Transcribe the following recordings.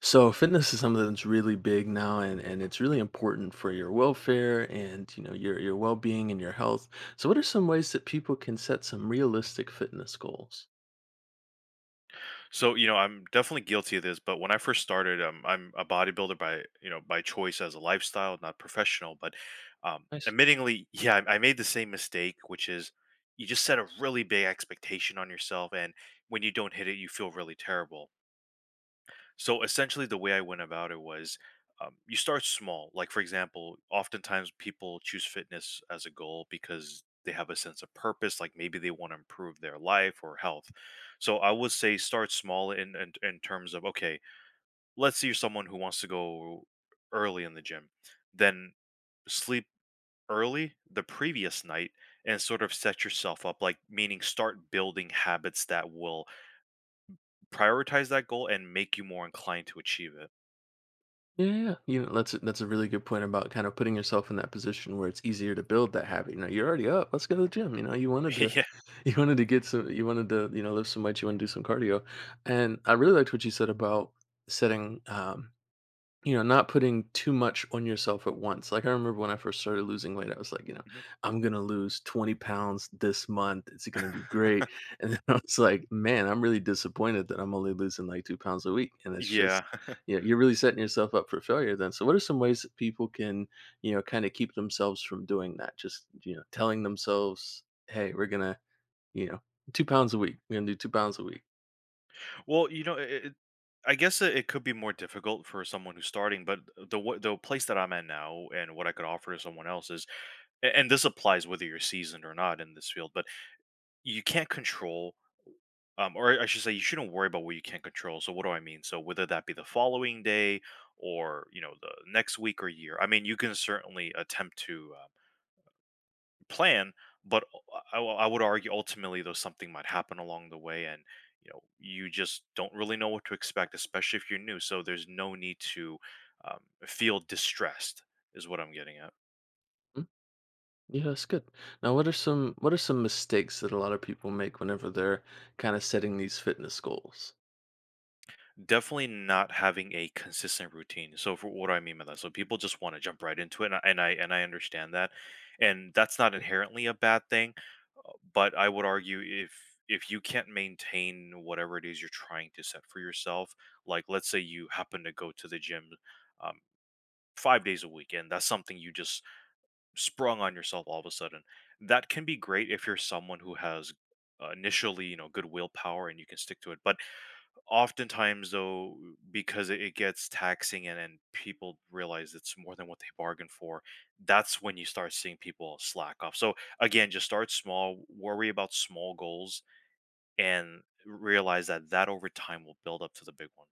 So fitness is something that's really big now and it's really important for your welfare and you know your well-being and your health. So what are some ways that people can set some realistic fitness goals? So, you know, I'm definitely guilty of this, but when I first started, I'm a bodybuilder by choice as a lifestyle, not professional. But Nice. admittingly, yeah, I made the same mistake, which is you just set a really big expectation on yourself. And when you don't hit it, you feel really terrible. So essentially, the way I went about it was you start small. Like, for example, oftentimes people choose fitness as a goal because they have a sense of purpose, like maybe they want to improve their life or health. So I would say start small in terms of, okay, let's say you're someone who wants to go early in the gym, then sleep early the previous night and sort of set yourself up, like meaning start building habits that will prioritize that goal and make you more inclined to achieve Yeah, yeah, yeah. You know, that's a really good point about kind of putting yourself in that position where it's easier to build that habit. You know, you're already up. Let's go to the gym. You know, you wanted to, it. you wanted to get some, you wanted to, you know, lift some weights. You want to do some cardio, and I really liked what you said about setting you know, not putting too much on yourself at once. Like I remember when I first started losing weight, I was like, you know, Yeah. I'm gonna lose 20 pounds this month. It's gonna be great. And then I was like, man, I'm really disappointed that I'm only losing like 2 pounds a week. And it's just, Yeah. you know, you're really setting yourself up for failure then. So what are some ways that people can, you know, kind of keep themselves from doing that? Just, you know, telling themselves, hey, we're gonna, you know, 2 pounds a week. We're gonna do 2 pounds a week. Well, you know, I guess it could be more difficult for someone who's starting, but the place that I'm at now and what I could offer to someone else is, and this applies whether you're seasoned or not in this field, but you can't control. Or I should say, you shouldn't worry about what you can't control. So what do I mean? So whether that be the following day or you know the next week or year, I mean you can certainly attempt to plan, but u- I would argue ultimately though something might happen along the way, and you know you just don't really know what to expect, especially if you're new. So there's no need to um, feel distressed, is what I'm getting at. Yeah, that's good. Now, what are some mistakes that a lot of people make whenever they're kind of setting these fitness goals? Definitely not having a consistent routine. So for what do I mean by that? So people just want to jump right into it, and I understand that, and that's not Yeah. inherently a bad thing. But I would argue if you can't maintain whatever it is you're trying to set for yourself, like let's say you happen to go to the gym um, 5 days a week, and that's something you just sprung on yourself all of a sudden. That can be great if you're someone who has initially you know good willpower and you can stick to it, but oftentimes, though, because it gets taxing and people realize it's more than what they bargained for, that's when you start seeing people slack off. So again, just start small, worry about small goals, and realize that over time will build up to the big one.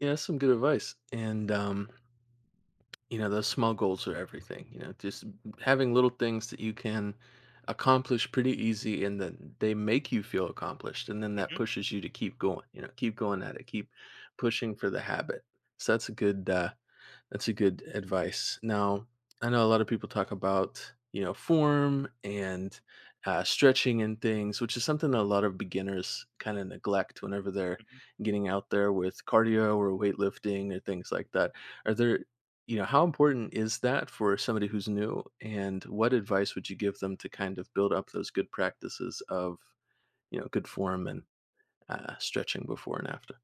Yeah, that's some good advice. And you know, those small goals are everything. You know, just having little things that you can accomplish pretty easy and that they make you feel accomplished and then that Mhm, pushes you to keep going, you know, keep going at it, keep pushing for the habit. So that's a good That's a good advice. Now, I know a lot of people talk about, you know, form and stretching and things, which is something that a lot of beginners kind of neglect whenever they're mhm. getting out there with cardio or weightlifting or things like that. Are there, you know, how important is that for somebody who's new? And what advice would you give them to kind of build up those good practices of, you know, good form and stretching before and after?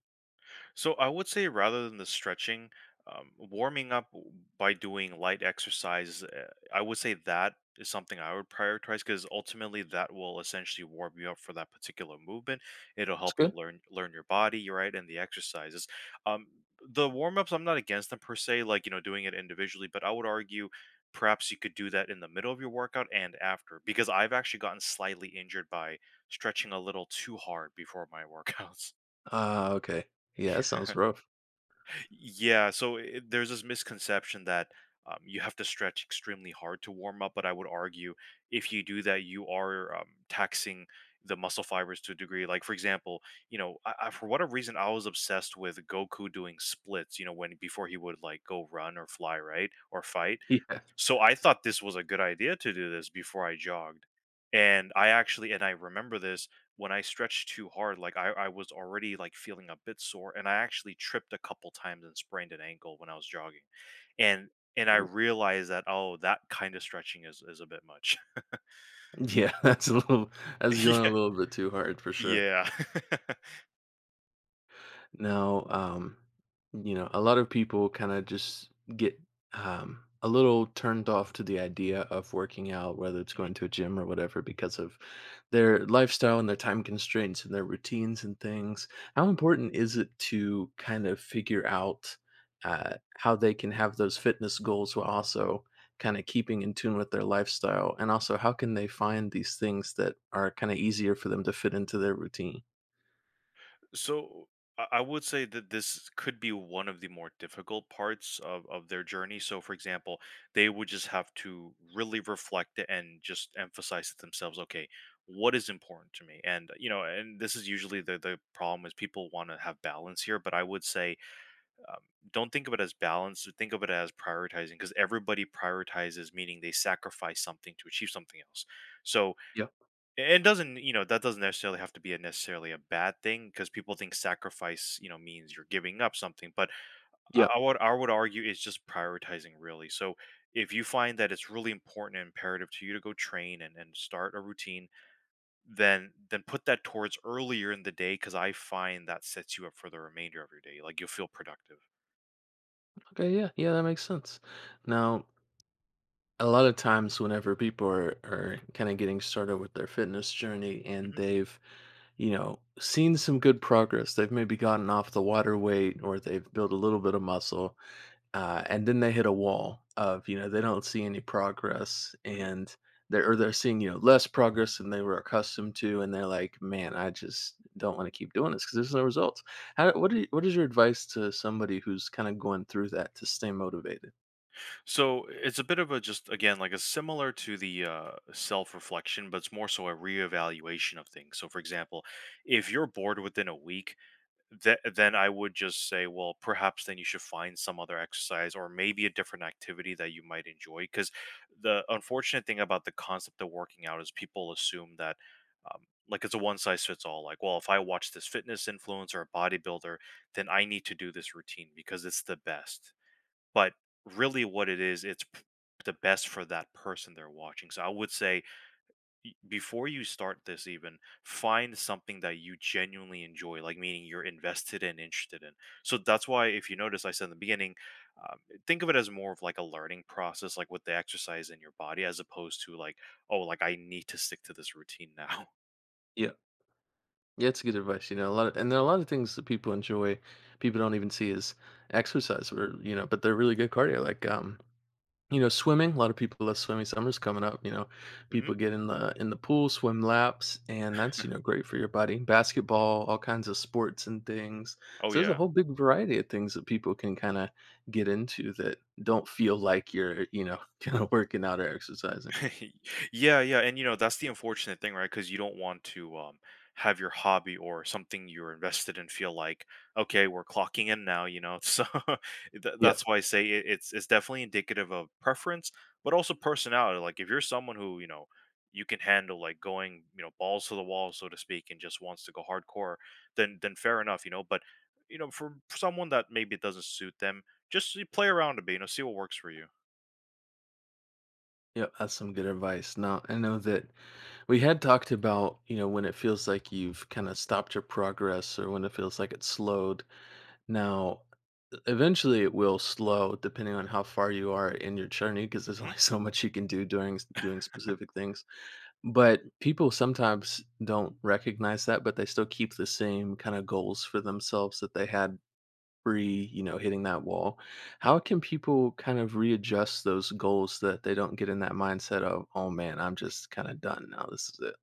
So I would say rather than the stretching, warming up by doing light exercise, I would say that is something I would prioritize because ultimately that will essentially warm you up for that particular movement. It'll That's help you good. learn your body, right, and the exercises. Um, the warm ups, I'm not against them per se, like you know doing it individually, but I would argue perhaps you could do that in the middle of your workout and after because I've actually gotten slightly injured by stretching a little too hard before my workouts. Okay. Yeah, that Yeah. sounds rough. Yeah, so there's this misconception that you have to stretch extremely hard to warm up, but I would argue if you do that, you are taxing the muscle fibers to a degree. Like for example, you know, for whatever reason, I was obsessed with Goku doing splits. You know, when before he would like go run or fly, right, or fight. So I thought this was a good idea to do this before I jogged. And I remember this when I stretched too hard, like I was already like feeling a bit sore and I actually tripped a couple times and sprained an ankle when I was jogging. And and I Yeah. realized that oh that kind of stretching is a bit much. Yeah, that's going a Yeah. little bit too hard for sure. Yeah. Now, you know, a lot of people kind of just get a little turned off to the idea of working out, whether it's going to a gym or whatever, because of their lifestyle and their time constraints and their routines and things. How important is it to kind of figure out how they can have those fitness goals while also kind of keeping in tune with their lifestyle? And also, how can they find these things that are kind of easier for them to fit into their routine? So I would say that this could be one of the more difficult parts of their journey. So, for example, they would just have to really reflect and just emphasize to themselves, okay, what is important to me? And, you know, and this is usually the problem is people want to have balance here, but I would say um, don't think of it as balance, think of it as prioritizing because everybody prioritizes, meaning they sacrifice something to achieve something else. So, Yeah. and doesn't that doesn't necessarily have to be a bad thing because people think sacrifice you know means you're giving up something but i, Yeah. I would i would argue it's just prioritizing really so if you find that it's really important and imperative to you to go train and, start a routine then put that towards earlier in the day because I find that sets you up for the remainder of your day like you'll feel productive. Okay, yeah, yeah, that makes sense. Now, a lot of times whenever people are kind of getting started with their fitness journey and Mhm, they've, you know, seen some good progress, they've maybe gotten off the water weight or they've built a little bit of muscle, and then they hit a wall of, you know, they don't see any progress mhm. and they're, or they're seeing, you know, less progress than they were accustomed to. And they're like, man, I just don't want to keep doing this because there's no results. How, what, what is your advice to somebody who's kind of going through that to stay motivated? So it's a bit of a just again like a similar to the self reflection, but it's more so a reevaluation of things. So, for example, if you're bored within a week, then I would just say, well, perhaps then you should find some other exercise or maybe a different activity that you might enjoy. Because the unfortunate thing about the concept of working out is people assume that. Um, like it's a one size fits all. Like, well, if I watch this fitness influencer or bodybuilder, then I need to do this routine because it's the best. But really what it is, it's p the best for that person they're watching. So I would say y before you start this even, find something that you genuinely enjoy, like, meaning you're invested and interested in. So that's why if you notice, I said in the beginning, um, think of it as more of like a learning process, like, with the exercise in your body as opposed to like, "Oh, like, I need to stick to this routine now." Yeah. Yeah, it's good advice, you know, a lot of and there are a lot of things that people enjoy, people don't even see as exercise or, you know, but they're really good cardio, like, you know, swimming, a lot of people love swimming, summer's coming up, you know, Mhm. people get in the pool, swim laps, and that's, you know, great for your body. Basketball, all kinds of sports and things. Oh, So there's a yeah. whole big variety of things that people can kind of get into that don't feel like you're, you know, kind of working out or exercising. Yeah, yeah, and you know that's the unfortunate thing, right? Because you don't want to have your hobby or something you're invested in feel like, okay, we're clocking in now, you know. So Yeah. that's why I say it's definitely indicative of preference, but also personality. Like if you're someone who you know you can handle like going you know balls to the wall, so to speak, and just wants to go hardcore, then fair enough, you know. But you know, for someone that maybe it doesn't suit them, just play around a bit, you know, see what works for you. Yep, that's some good advice. Now, I know that we had talked about, you know, when it feels like you've kind of stopped your progress or when it feels like it's slowed. Now, eventually it will slow depending on how far you are in your journey because there's only so much you can do during doing specific things. But people sometimes don't recognize that, but they still keep the same kind of goals for themselves that they had free, you know, hitting that wall. How can people kind of readjust those goals so that they don't get in that mindset of, oh man, I'm just kind of done now. This is it.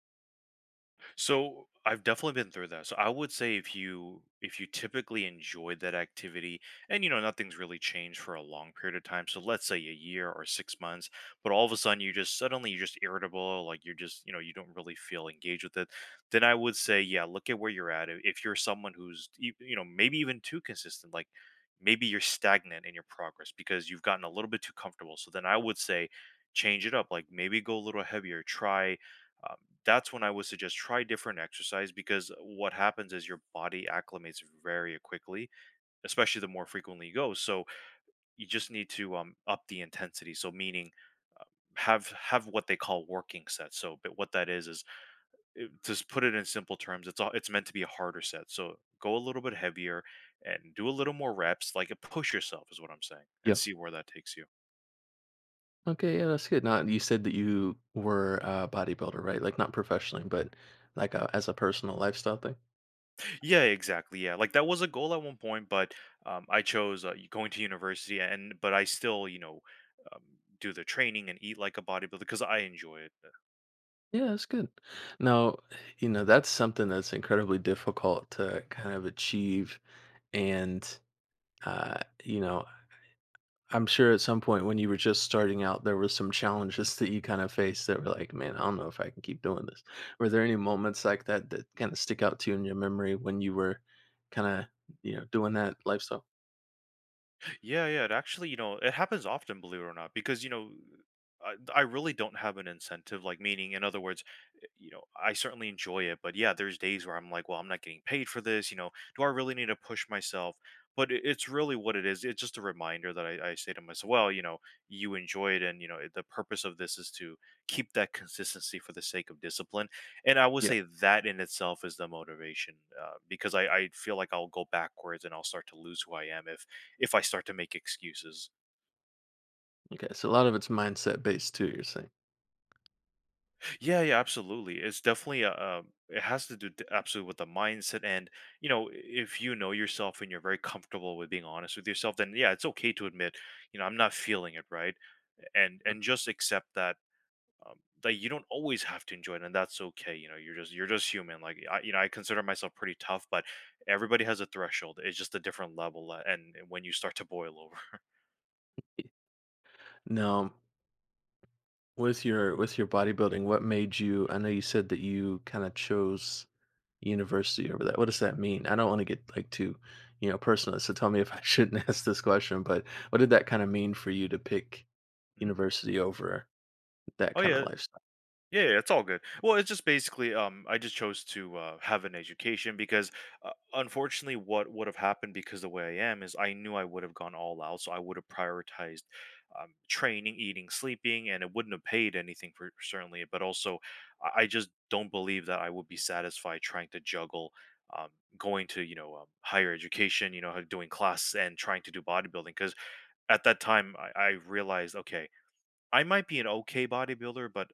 So I've definitely been through that. So I would say if you typically enjoyed that activity and you know nothing's really changed for a long period of time. So let's say a year or 6 months, but all of a sudden you just suddenly you're just irritable, like you're just, you know, you don't really feel engaged with it. Then I would say, yeah, look at where you're at. If you're someone who's you know, maybe even too consistent, like maybe you're stagnant in your progress because you've gotten a little bit too comfortable. So then I would say change it up. Like maybe go a little heavier, try um, that's when I would suggest try different exercise because what happens is your body acclimates very quickly, especially the more frequently you go. So you just need to up the intensity. So meaning have what they call working sets. So but what that is just put it in simple terms. It's meant to be a harder set. So go a little bit heavier and do a little more reps. Like push yourself is what I'm saying, and Yeah. see where that takes you. Okay. Yeah, that's good. Now you said that you were a bodybuilder, right? Like not professionally, but like a, as a personal lifestyle thing. Yeah, exactly. Yeah, like that was a goal at one point, but I chose going to university, and but I still, you know, um, do the training and eat like a bodybuilder because I enjoy it. Yeah, that's good. Now, you know, that's something that's incredibly difficult to kind of achieve. And, you know, I'm sure at some point when you were just starting out, there were some challenges that you kind of faced that were like, man, I don't know if I can keep doing this. Were there any moments like that that kind of stick out to you in your memory when you were kind of, you know, doing that lifestyle? Yeah, yeah. It actually, you know, it happens often, believe it or not, because you know, I really don't have an incentive. Like, meaning, in other words, you know, I certainly enjoy it, but yeah, there's days where I'm like, well, I'm not getting paid for this. You know, do I really need to push myself? But it's really what it is. It's just a reminder that I say to myself, well, you know, you enjoy it, and you know, the purpose of this is to keep that consistency for the sake of discipline. And I would Yeah. say that in itself is the motivation, because I feel like I'll go backwards and I'll start to lose who I am if I start to make excuses. Okay. So a lot of it's mindset based too, you're saying. Yeah, yeah, absolutely. It's definitely a it has to do absolutely with the mindset and you know, if you know yourself and you're very comfortable with being honest with yourself, then yeah, it's okay to admit, you know, I'm not feeling it right, and Mh. just accept that. That you don't always have to enjoy it, and that's okay. You know, you're just human. Like I consider myself pretty tough, but everybody has a threshold. It's just a different level, and when you start to boil over. Now, with your bodybuilding, what made you I know you said that you kinda chose university over that? What does that Mhm, mean? I don't want to get like too, you know, personal. So tell me if I shouldn't ask this question, but what did that kind of mean for you to pick mhm. university over that Oh kind of yeah, lifestyle? yeah, yeah, it's all good. Well, it's just basically, I just chose to have an education because, unfortunately, what would have happened because the way I am is I knew I would have gone all out, so I would have prioritized training, eating, sleeping, and it wouldn't have paid anything for certainly. But also, I just don't believe that I would be satisfied trying to juggle um, going to you know higher education, you know, doing class and trying to do bodybuilding because at that time I realized, okay, I might be an okay bodybuilder, but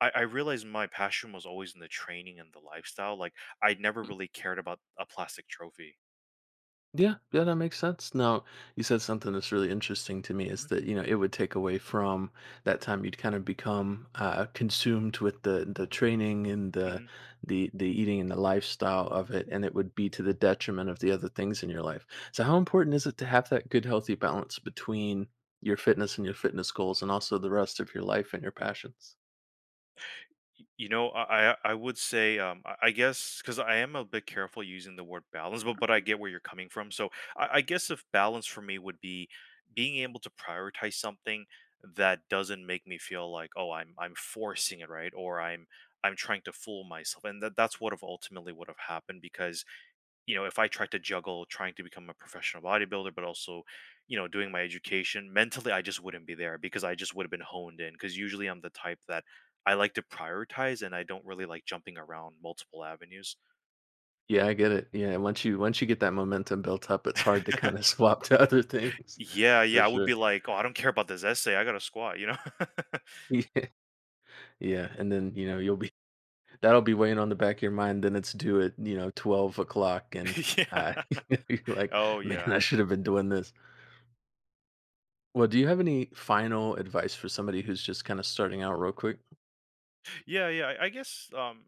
I realized my passion was always in the training and the lifestyle. Like I never really cared about a plastic trophy. Yeah, yeah, that makes sense. Now, you said something that's really interesting to me is that, you know, it would take away from that time you'd kind of become consumed with the training and the Mm-hmm. the the eating and the lifestyle of it, and it would be to the detriment of the other things in your life. So how important is it to have that good, healthy balance between your fitness and your fitness goals and also the rest of your life and your passions? You know, I would say I guess because I am a bit careful using the word balance, but I get where you're coming from. So I guess if balance for me would be being able to prioritize something that doesn't make me feel like oh I'm forcing it right or I'm trying to fool myself, and that that's what have ultimately would have happened because you know, if I tried to juggle trying to become a professional bodybuilder, but also, you know, doing my education, mentally, I just wouldn't be there because I just would have been honed in. Because usually I'm the type that I like to prioritize and I don't really like jumping around multiple avenues. Yeah, I get it. Yeah, once you get that momentum built up, it's hard to kind of swap to other things Yeah, for yeah. I would sure. be like, oh, I don't care about this essay. I got to squat, you know? Yeah, and then you know you'll be that'll be weighing on the back of your mind. Then it's due at you know 12 o'clock, and uh, Yeah. you're like, Oh, man, yeah. I should have been doing this. Well, do you have any final advice for somebody who's just kind of starting out, real quick? Yeah, yeah.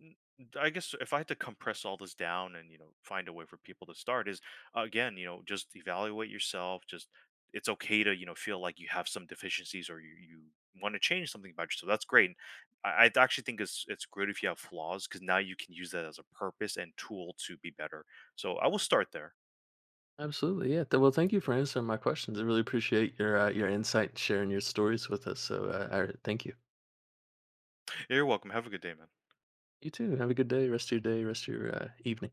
n- I guess if I had to compress all this down and you know find a way for people to start is again, you know, just evaluate yourself, just it's okay to, you know, feel like you have some deficiencies or you want to change something about yourself. That's great. And I actually think it's great if you have flaws because now you can use that as a purpose and tool to be better. So I will start there. Absolutely, yeah. Well, thank you for answering my questions. I really appreciate your insight, and sharing your stories with us. So, thank you. You're welcome. Have a good day, man. You too. Have a good day. Rest of your day. Rest of your evening.